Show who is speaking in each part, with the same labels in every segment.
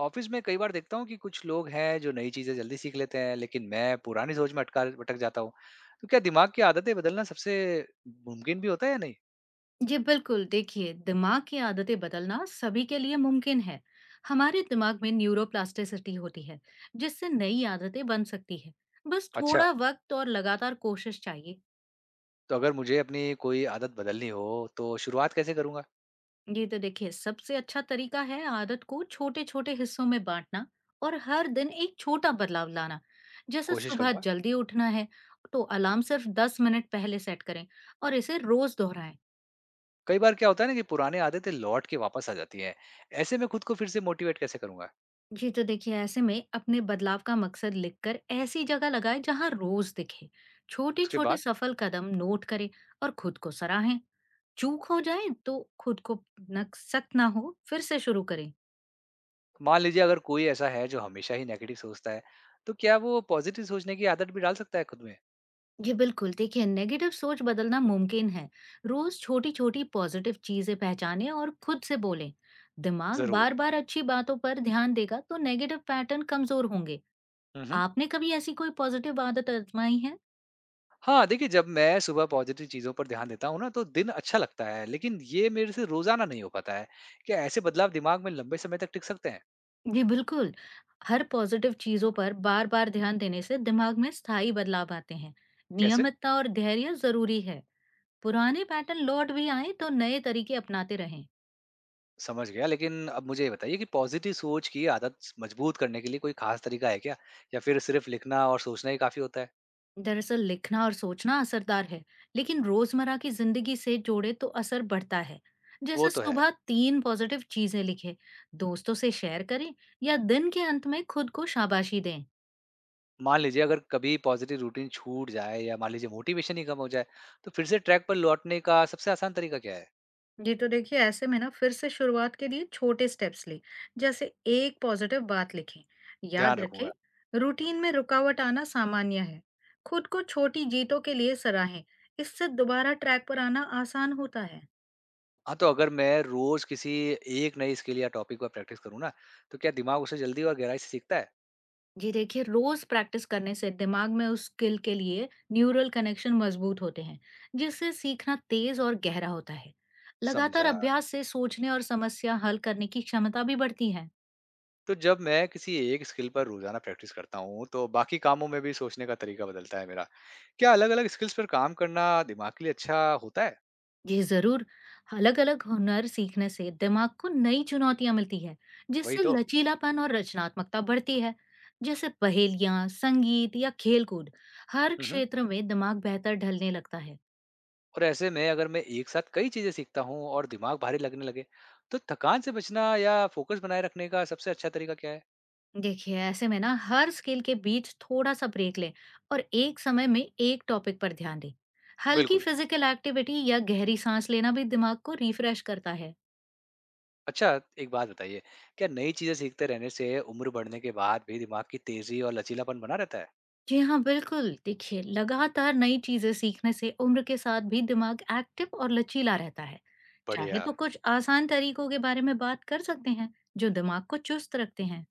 Speaker 1: Office में कई बार देखता हूँ कि कुछ लोग हैं जो नई चीजें जल्दी सीख लेते हैं, लेकिन मैं पुरानी सोच में अटका भटक जाता हूँ। तो क्या दिमाग की आदतें बदलना सबसे मुमकिन भी होता है या नहीं?
Speaker 2: जी बिल्कुल देखिए, दिमाग की आदतें बदलना सभी के लिए मुमकिन है। हमारे दिमाग में न्यूरोप्लास्टिसिटी होती है, जिससे नई आदतें बन सकती है। बस
Speaker 1: अच्छा,
Speaker 2: थोड़ा वक्त और लगातार कोशिश चाहिए।
Speaker 1: तो अगर मुझे अपनी कोई आदत बदलनी हो, तो शुरुआत कैसे करूंगा?
Speaker 2: ये तो देखिए, सबसे अच्छा तरीका है आदत को छोटे छोटे हिस्सों में बांटना और हर दिन एक छोटा बदलाव लाना। जैसे
Speaker 1: कोशिश
Speaker 2: सुबह
Speaker 1: करूंगा।
Speaker 2: जल्दी उठना है तो अलार्म सिर्फ 10 मिनट पहले सेट करें और इसे रोज दोहराएं।
Speaker 1: कई बार क्या होता है ना कि पुरानी आदतें लौट के वापस आ जाती हैं। ऐसे में खुद को फिर से मोटिवेट कैसे करूंगा?
Speaker 2: जी तो देखिए, ऐसे में अपने बदलाव का मकसद लिखकर ऐसी जगह लगाएं जहां रोज दिखे। छोटे
Speaker 1: उसके
Speaker 2: छोटे
Speaker 1: बाद?
Speaker 2: सफल कदम नोट करें और खुद को सराहें। चूक हो जाए तो खुद को न सख्त ना हो, फिर से शुरू करें।
Speaker 1: मान लीजिए अगर कोई ऐसा है जो हमेशा ही नेगेटिव सोचता है, तो क्या वो पॉजिटिव सोचने की आदत भी डाल सकता है खुद में?
Speaker 2: ये बिल्कुल देखिए, नेगेटिव सोच बदलना मुमकिन है। रोज छोटी छोटी पॉजिटिव चीजें पहचाने और खुद से बोलें। दिमाग
Speaker 1: जरूर।
Speaker 2: बार बार अच्छी बातों पर ध्यान देगा तो नेगेटिव पैटर्न कमजोर होंगे।
Speaker 1: हम्म।
Speaker 2: आपने कभी ऐसी कोई पॉजिटिव आदत आजमाई है?
Speaker 1: हाँ, देखिए, जब मैं सुबह पॉज़िटिव चीज़ों पर ध्यान देता हूँ ना तो दिन अच्छा लगता है, लेकिन ये मेरे से रोज़ाना नहीं हो पाता है। क्या ऐसे बदलाव दिमाग में लंबे समय तक टिक सकते हैं?
Speaker 2: जी बिल्कुल। हर पॉजिटिव चीजों पर बार बार ध्यान देने से दिमाग में स्थायी बदलाव आते हैं।
Speaker 1: कैसे?
Speaker 2: नियमितता और धैर्य जरूरी है। पुराने पैटर्न लौट भी आए तो नए तरीके अपनाते रहें।
Speaker 1: समझ गया, लेकिन अब मुझे ये बताइए कि पॉज़िटिव सोच की आदत स मजबूत करने के लिए कोई ख़ास तरीका है क्या? या फिर सिर्फ़ लिखना और सोचना ही काफ़ी होता है?
Speaker 2: दरअसल लिखना और सोचना असरदार है, लेकिन रोजमर्रा की जिंदगी से जोड़े तो असर बढ़ता है।
Speaker 1: वो
Speaker 2: जैसे
Speaker 1: तो है।
Speaker 2: सुबह तीन पॉजिटिव चीजें लिखें, दोस्तों से शेयर करें या दिन के अंत में खुद को शाबाशी दें।
Speaker 1: मान लीजिए अगर कभी पॉज़िटिव रूटीन छूट जाए या मान लीजिए मोटिवेशन ही कम हो जाए, तो फिर से ट्रैक पर लौटने का सबसे आसान तरीका क्या है?
Speaker 2: जी तो देखिए, ऐसे में ना फिर से शुरुआत के लिए छोटे स्टेप्स लें। जैसे एक पॉजिटिव बात लिखें,
Speaker 1: ध्यान
Speaker 2: याद
Speaker 1: रखूँगा।
Speaker 2: रखें। रूटीन में रुकावट आना सामान्य है। खुद को छोटी जीतों के लिए सराहें। इससे दोबारा ट्रैक पर आना आसान होता है।
Speaker 1: हाँ, तो अगर मैं रोज किसी एक नई स्किल या टॉपिक पर प्रैक्टिस करूँ ना, तो क्या दिमाग उसे जल्दी और गहराई से सीखता है?
Speaker 2: जी देखिए, रोज प्रैक्टिस करने से दिमाग में उस स्किल के लिए न्यूरल कनेक्शन मजबूत होते हैं, जिससे सीखना तेज और गहरा होता है। लगातार
Speaker 1: समझा।
Speaker 2: अभ्यास से सोचने और समस्या हल करने की क्षमता भी बढ़ती है।
Speaker 1: तो जब मैं किसी एक स्किल पर रोजाना प्रैक्टिस करता हूँ, तो बाकी कामों में भी सोचने का तरीका बदलता है मेरा। क्या अलग-अलग स्किल्स पर काम करना दिमाग के लिए अच्छा होता है?
Speaker 2: जी जरूर। अलग अलग हुनर सीखने से दिमाग को नई चुनौतियां मिलती है,
Speaker 1: वही
Speaker 2: जिससे
Speaker 1: तो।
Speaker 2: लचीलापन और रचनात्मकता बढ़ती है। जैसे पहेलियां, संगीत या खेलकूद, हर
Speaker 1: हुँ, हुँ।
Speaker 2: क्षेत्र में दिमाग बेहतर ढलने लगता है।
Speaker 1: और ऐसे में अगर मैं एक साथ कई चीज़ें सीखता हूँ और दिमाग भारी लगने लगे, तो थकान से बचना या फोकस बनाए रखने का सबसे अच्छा तरीका क्या है?
Speaker 2: देखिए, ऐसे में ना हर स्किल के बीच थोड़ा सा ब्रेक लें और एक समय में एक टॉपिक पर ध्यान दें। हल्की
Speaker 1: बिल्कुल।
Speaker 2: फिजिकल एक्टिविटी या गहरी सांस लेना भी दिमाग को रिफ्रेश करता है।
Speaker 1: अच्छा, एक बात बताइए, क्या नई चीज़ें सीखते रहने से उम्र बढ़ने के बाद भी दिमाग की तेज़ी और लचीलापन बना रहता है?
Speaker 2: जी हाँ, बिल्कुल। देखिए, लगातार नई चीज़ें सीखने से उम्र के साथ भी दिमाग एक्टिव और लचीला रहता है। चाहे
Speaker 1: बढ़िया।
Speaker 2: तो कुछ आसान तरीकों के बारे में बात कर सकते हैं, जो दिमाग को चुस्त रखते हैं।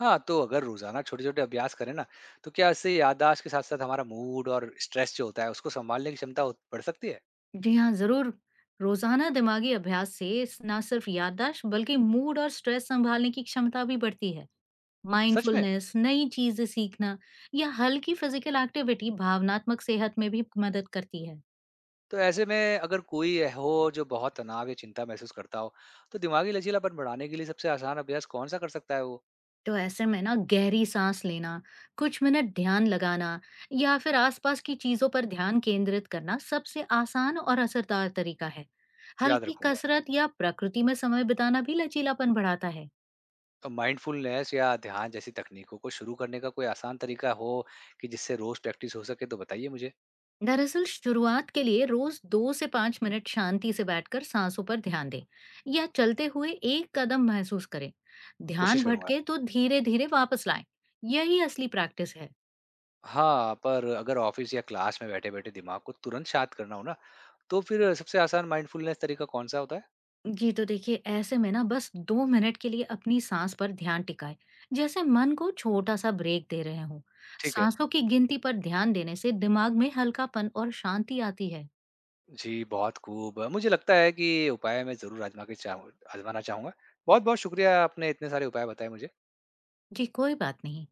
Speaker 1: हाँ, तो अगर रोज़ाना छोटे-छोटे अभ्यास करें ना, तो क्या इससे याददाश्त के साथ-साथ हमारा मूड और स्ट्रेस जो होता है, उसको सँभालने की क्षमता उत बढ़ सकती है?
Speaker 2: जी हाँ, ज़रूर। रोज़ाना दिमागी अभ्यास से ना सिर्फ याददाश्त, बल्कि मूड और स्ट्रेस संभालने की क्षमता भी बढ़ती है।
Speaker 1: सच में?
Speaker 2: माइंडफुलनेस, नई चीज़ें सीखना या हल्की फिजिकल एक्टिविटी भावनात्मक सेहत में भी मदद करती है।
Speaker 1: तो ऐसे में अगर कोई हो जो बहुत तनाव या चिंता महसूस करता हो, तो दिमागी लचीलापन बढ़ाने के लिए सबसे आसान अभ्यास कौन-सा कर सकता है वो?
Speaker 2: तो ऐसे में ना गहरी सांस लेना, कुछ मिनट ध्यान लगाना या फिर आसपास की चीजों पर ध्यान केंद्रित करना सबसे आसान और असरदार तरीका है।
Speaker 1: याद
Speaker 2: हल्की
Speaker 1: रखूँगा।
Speaker 2: कसरत या प्रकृति में समय बिताना भी लचीलापन बढ़ाता है।
Speaker 1: तो माइंडफुलनेस या ध्यान जैसी तकनीकों को शुरू करने का कोई आसान तरीका हो कि जिससे रोज़ प्रैक्टिस हो सके, तो बताइए मुझे।
Speaker 2: दरअसल शुरुआत के लिए रोज 2 से 5 मिनट शांति से बैठकर सांसों पर ध्यान दें या चलते हुए एक कदम महसूस करें। ध्यान
Speaker 1: कोशिश करूँगा।
Speaker 2: भटके तो धीरे धीरे वापस लाएं। यही असली प्रैक्टिस है।
Speaker 1: हाँ, पर अगर ऑफ़िस या क्लास में बैठे-बैठे दिमाग को तुरंत शांत करना हो ना, तो फिर सबसे आसान माइंडफुलनेस तरीका कौन-सा होता है?
Speaker 2: जी तो देखिए, ऐसे में ना बस 2 मिनट के लिए अपनी सांस पर ध्यान टिकाए, जैसे मन को छोटा सा ब्रेक दे रहे हों।
Speaker 1: ठीक है।
Speaker 2: सांसों की गिनती पर ध्यान देने से दिमाग में हल्कापन और शांति आती है।
Speaker 1: जी, बहुत खूब। मुझे लगता है कि ये उपाय मैं ज़रूर आज़मा के चाहूँ आज़माना चाहूँगा। बहुत-बहुत शुक्रिया, आपने इतने सारे उपाय बताए मुझे।
Speaker 2: जी कोई बात नहीं।